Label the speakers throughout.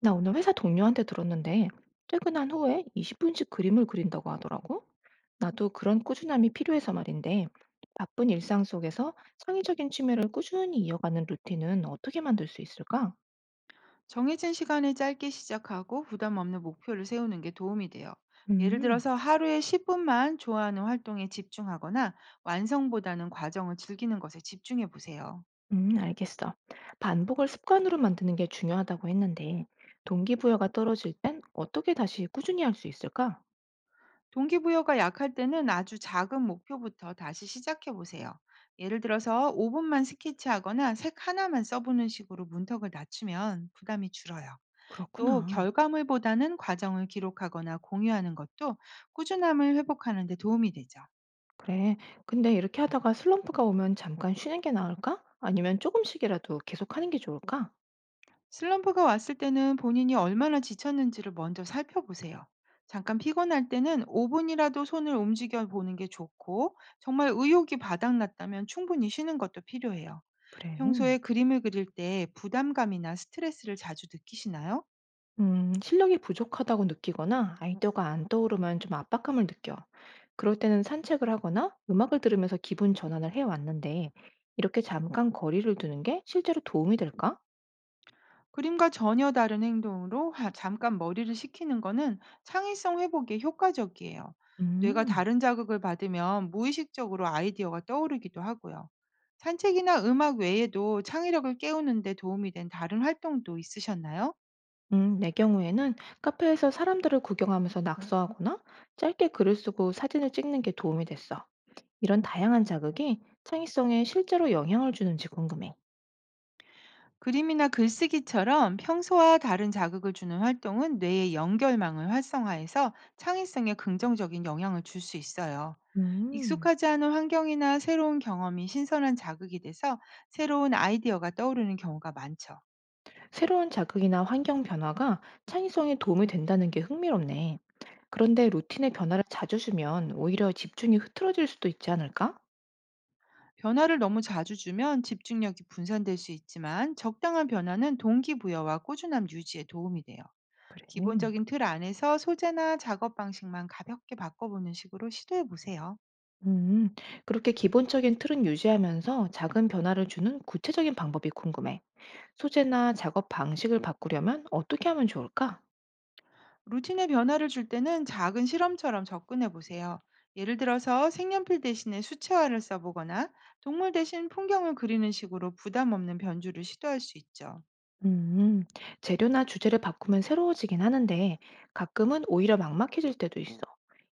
Speaker 1: 나 오늘 회사 동료한테 들었는데 퇴근한 후에 20분씩 그림을 그린다고 하더라고. 나도 그런 꾸준함이 필요해서 말인데 바쁜 일상 속에서 창의적인 취미를 꾸준히 이어가는 루틴은 어떻게 만들 수 있을까?
Speaker 2: 정해진 시간을 짧게 시작하고 부담 없는 목표를 세우는 게 도움이 돼요. 예를
Speaker 1: 음.
Speaker 2: 들어서 하루에 10분만 좋아하는 활동에 집중하거나 완성보다는 과정을 즐기는 것에 집중해 보세요.
Speaker 1: 알겠어. 반복을 습관으로 만드는 게 중요하다고 했는데 동기부여가 떨어질 땐 어떻게 다시 꾸준히 할 수 있을까?
Speaker 2: 동기부여가 약할 때는 아주 작은 목표부터 다시 시작해 보세요. 예를 들어서 5분만 스케치하거나 색 하나만 써보는 식으로 문턱을 낮추면 부담이 줄어요. 또
Speaker 1: 그렇구나.
Speaker 2: 결과물보다는 과정을 기록하거나 공유하는 것도 꾸준함을 회복하는 데 도움이 되죠.
Speaker 1: 그래. 근데 이렇게 하다가 슬럼프가 오면 잠깐 쉬는 게 나을까? 아니면 조금씩이라도 계속하는 게 좋을까?
Speaker 2: 슬럼프가 왔을 때는 본인이 얼마나 지쳤는지를 먼저 살펴보세요. 잠깐 피곤할 때는 5분이라도 손을 움직여 보는 게 좋고, 정말 의욕이 바닥났다면 충분히 쉬는 것도 필요해요.
Speaker 1: 그래.
Speaker 2: 평소에 그림을 그릴 때 부담감이나 스트레스를 자주 느끼시나요?
Speaker 1: 실력이 부족하다고 느끼거나 아이디어가 안 떠오르면 좀 압박감을 느껴. 그럴 때는 산책을 하거나 음악을 들으면서 기분 전환을 해왔는데, 이렇게 잠깐 거리를 두는 게 실제로 도움이 될까?
Speaker 2: 그림과 전혀 다른 행동으로 잠깐 머리를 식히는 거는 창의성 회복에 효과적이에요. 뇌가
Speaker 1: 음.
Speaker 2: 다른 자극을 받으면 무의식적으로 아이디어가 떠오르기도 하고요. 산책이나 음악 외에도 창의력을 깨우는데 도움이 된 다른 활동도 있으셨나요?
Speaker 1: 내 경우에는 카페에서 사람들을 구경하면서 낙서하거나 짧게 글을 쓰고 사진을 찍는 게 도움이 됐어. 이런 다양한 자극이 창의성에 실제로 영향을 주는지 궁금해.
Speaker 2: 그림이나 글쓰기처럼 평소와 다른 자극을 주는 활동은 뇌의 연결망을 활성화해서 창의성에 긍정적인 영향을 줄 수 있어요.
Speaker 1: 음.
Speaker 2: 익숙하지 않은 환경이나 새로운 경험이 신선한 자극이 돼서 새로운 아이디어가 떠오르는 경우가 많죠.
Speaker 1: 새로운 자극이나 환경 변화가 창의성에 도움이 된다는 게 흥미롭네. 그런데 루틴의 변화를 자주 주면 오히려 집중이 흐트러질 수도 있지 않을까?
Speaker 2: 변화를 너무 자주 주면 집중력이 분산될 수 있지만 적당한 변화는 동기부여와 꾸준함 유지에 도움이 돼요.
Speaker 1: 그래.
Speaker 2: 기본적인 틀 안에서 소재나 작업 방식만 가볍게 바꿔보는 식으로 시도해 보세요.
Speaker 1: 음, 그렇게 기본적인 틀은 유지하면서 작은 변화를 주는 구체적인 방법이 궁금해. 소재나 작업 방식을 바꾸려면 어떻게 하면 좋을까?
Speaker 2: 루틴에 변화를 줄 때는 작은 실험처럼 접근해 보세요. 예를 들어서 색연필 대신에 수채화를 써보거나 동물 대신 풍경을 그리는 식으로 부담 없는 변주를 시도할 수 있죠.
Speaker 1: 음, 재료나 주제를 바꾸면 새로워지긴 하는데 가끔은 오히려 막막해질 때도 있어.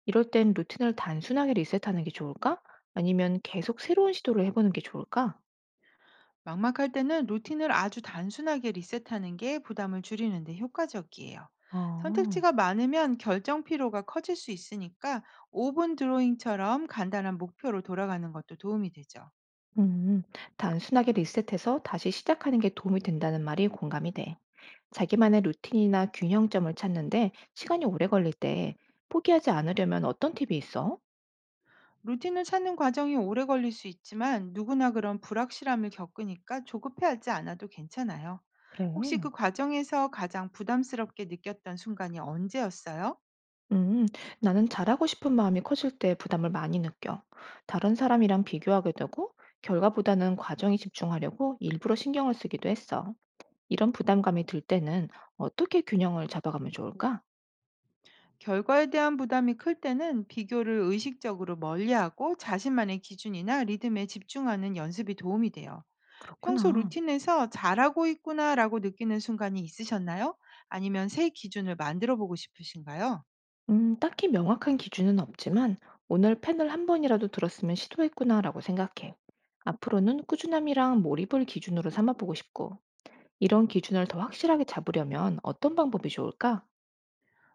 Speaker 1: 이럴 땐 루틴을 단순하게 리셋하는 게 좋을까? 아니면 계속 새로운 시도를 해보는 게 좋을까?
Speaker 2: 막막할 때는 루틴을 아주 단순하게 리셋하는 게 부담을 줄이는데 효과적이에요.
Speaker 1: 어,
Speaker 2: 선택지가 많으면 결정 피로가 커질 수 있으니까 5분 드로잉처럼 간단한 목표로 돌아가는 것도 도움이 되죠.
Speaker 1: 음, 단순하게 리셋해서 다시 시작하는 게 도움이 된다는 말이 공감이 돼. 자기만의 루틴이나 균형점을 찾는데 시간이 오래 걸릴 때 포기하지 않으려면 어떤 팁이 있어?
Speaker 2: 루틴을 찾는 과정이 오래 걸릴 수 있지만 누구나 그런 불확실함을 겪으니까 조급해하지 않아도 괜찮아요.
Speaker 1: 그래.
Speaker 2: 혹시 그 과정에서 가장 부담스럽게 느꼈던 순간이 언제였어요?
Speaker 1: 음, 나는 잘하고 싶은 마음이 커질 때 부담을 많이 느껴. 다른 사람이랑 비교하게 되고, 결과보다는 과정에 집중하려고 일부러 신경을 쓰기도 했어. 이런 부담감이 들 때는 어떻게 균형을 잡아가면 좋을까?
Speaker 2: 결과에 대한 부담이 클 때는 비교를 의식적으로 멀리하고 자신만의 기준이나 리듬에 집중하는 연습이 도움이 돼요. 평소
Speaker 1: 그렇구나.
Speaker 2: 루틴에서 잘하고 있구나라고 느끼는 순간이 있으셨나요? 아니면 새 기준을 만들어 보고 싶으신가요?
Speaker 1: 딱히 명확한 기준은 없지만, 오늘 펜을 한 번이라도 들었으면 시도했구나라고 생각해. 앞으로는 꾸준함이랑 몰입을 기준으로 삼아보고 싶고, 이런 기준을 더 확실하게 잡으려면 어떤 방법이 좋을까?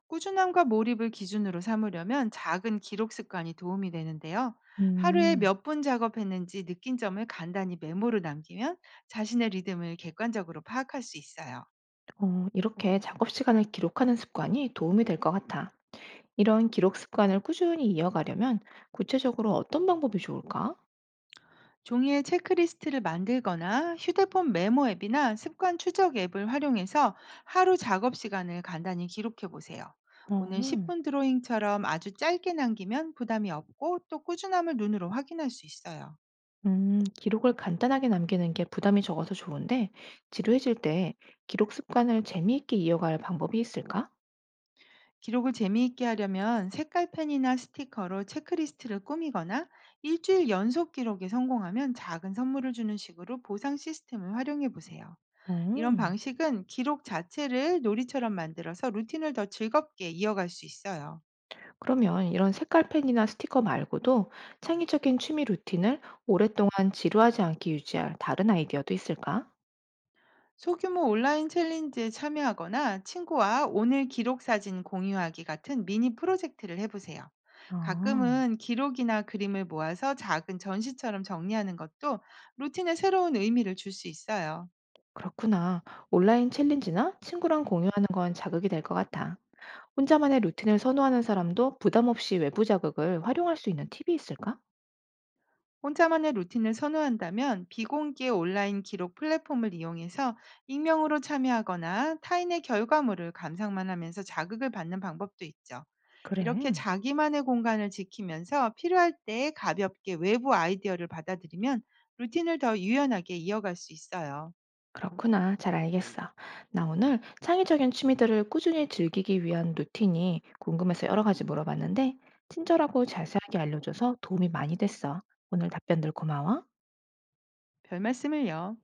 Speaker 2: 꾸준함과 몰입을 기준으로 삼으려면 작은 기록 습관이 도움이 되는데요. 하루에
Speaker 1: 음.
Speaker 2: 몇 분 작업했는지 느낀 점을 간단히 메모로 남기면 자신의 리듬을 객관적으로 파악할 수 있어요.
Speaker 1: 어, 이렇게 작업 시간을 기록하는 습관이 도움이 될 것 같아. 이런 기록 습관을 꾸준히 이어가려면 구체적으로 어떤 방법이 좋을까?
Speaker 2: 종이에 체크리스트를 만들거나 휴대폰 메모 앱이나 습관 추적 앱을 활용해서 하루 작업 시간을 간단히 기록해 보세요. 오늘
Speaker 1: 어,
Speaker 2: 10분 드로잉처럼 아주 짧게 남기면 부담이 없고 또 꾸준함을 눈으로 확인할 수 있어요.
Speaker 1: 기록을 간단하게 남기는 게 부담이 적어서 좋은데 지루해질 때 기록 습관을 재미있게 이어갈 방법이 있을까?
Speaker 2: 기록을 재미있게 하려면 색깔펜이나 스티커로 체크리스트를 꾸미거나 일주일 연속 기록에 성공하면 작은 선물을 주는 식으로 보상 시스템을 활용해 보세요. 이런
Speaker 1: 어.
Speaker 2: 방식은 기록 자체를 놀이처럼 만들어서 루틴을 더 즐겁게 이어갈 수 있어요.
Speaker 1: 그러면 이런 색깔펜이나 스티커 말고도 창의적인 취미 루틴을 오랫동안 지루하지 않게 유지할 다른 아이디어도 있을까?
Speaker 2: 소규모 온라인 챌린지에 참여하거나 친구와 오늘 기록 사진 공유하기 같은 미니 프로젝트를 해보세요.
Speaker 1: 아.
Speaker 2: 가끔은 기록이나 그림을 모아서 작은 전시처럼 정리하는 것도 루틴에 새로운 의미를 줄 수 있어요.
Speaker 1: 그렇구나. 온라인 챌린지나 친구랑 공유하는 건 자극이 될 것 같아. 혼자만의 루틴을 선호하는 사람도 부담 없이 외부 자극을 활용할 수 있는 팁이 있을까?
Speaker 2: 혼자만의 루틴을 선호한다면 비공개 온라인 기록 플랫폼을 이용해서 익명으로 참여하거나 타인의 결과물을 감상만 하면서 자극을 받는 방법도 있죠. 이렇게
Speaker 1: 그래.
Speaker 2: 자기만의 공간을 지키면서 필요할 때 가볍게 외부 아이디어를 받아들이면 루틴을 더 유연하게 이어갈 수 있어요.
Speaker 1: 그렇구나. 잘 알겠어. 나 오늘 창의적인 취미들을 꾸준히 즐기기 위한 루틴이 궁금해서 여러 가지 물어봤는데, 친절하고 자세하게 알려줘서 도움이 많이 됐어. 오늘 답변들 고마워.
Speaker 2: 별 말씀을요.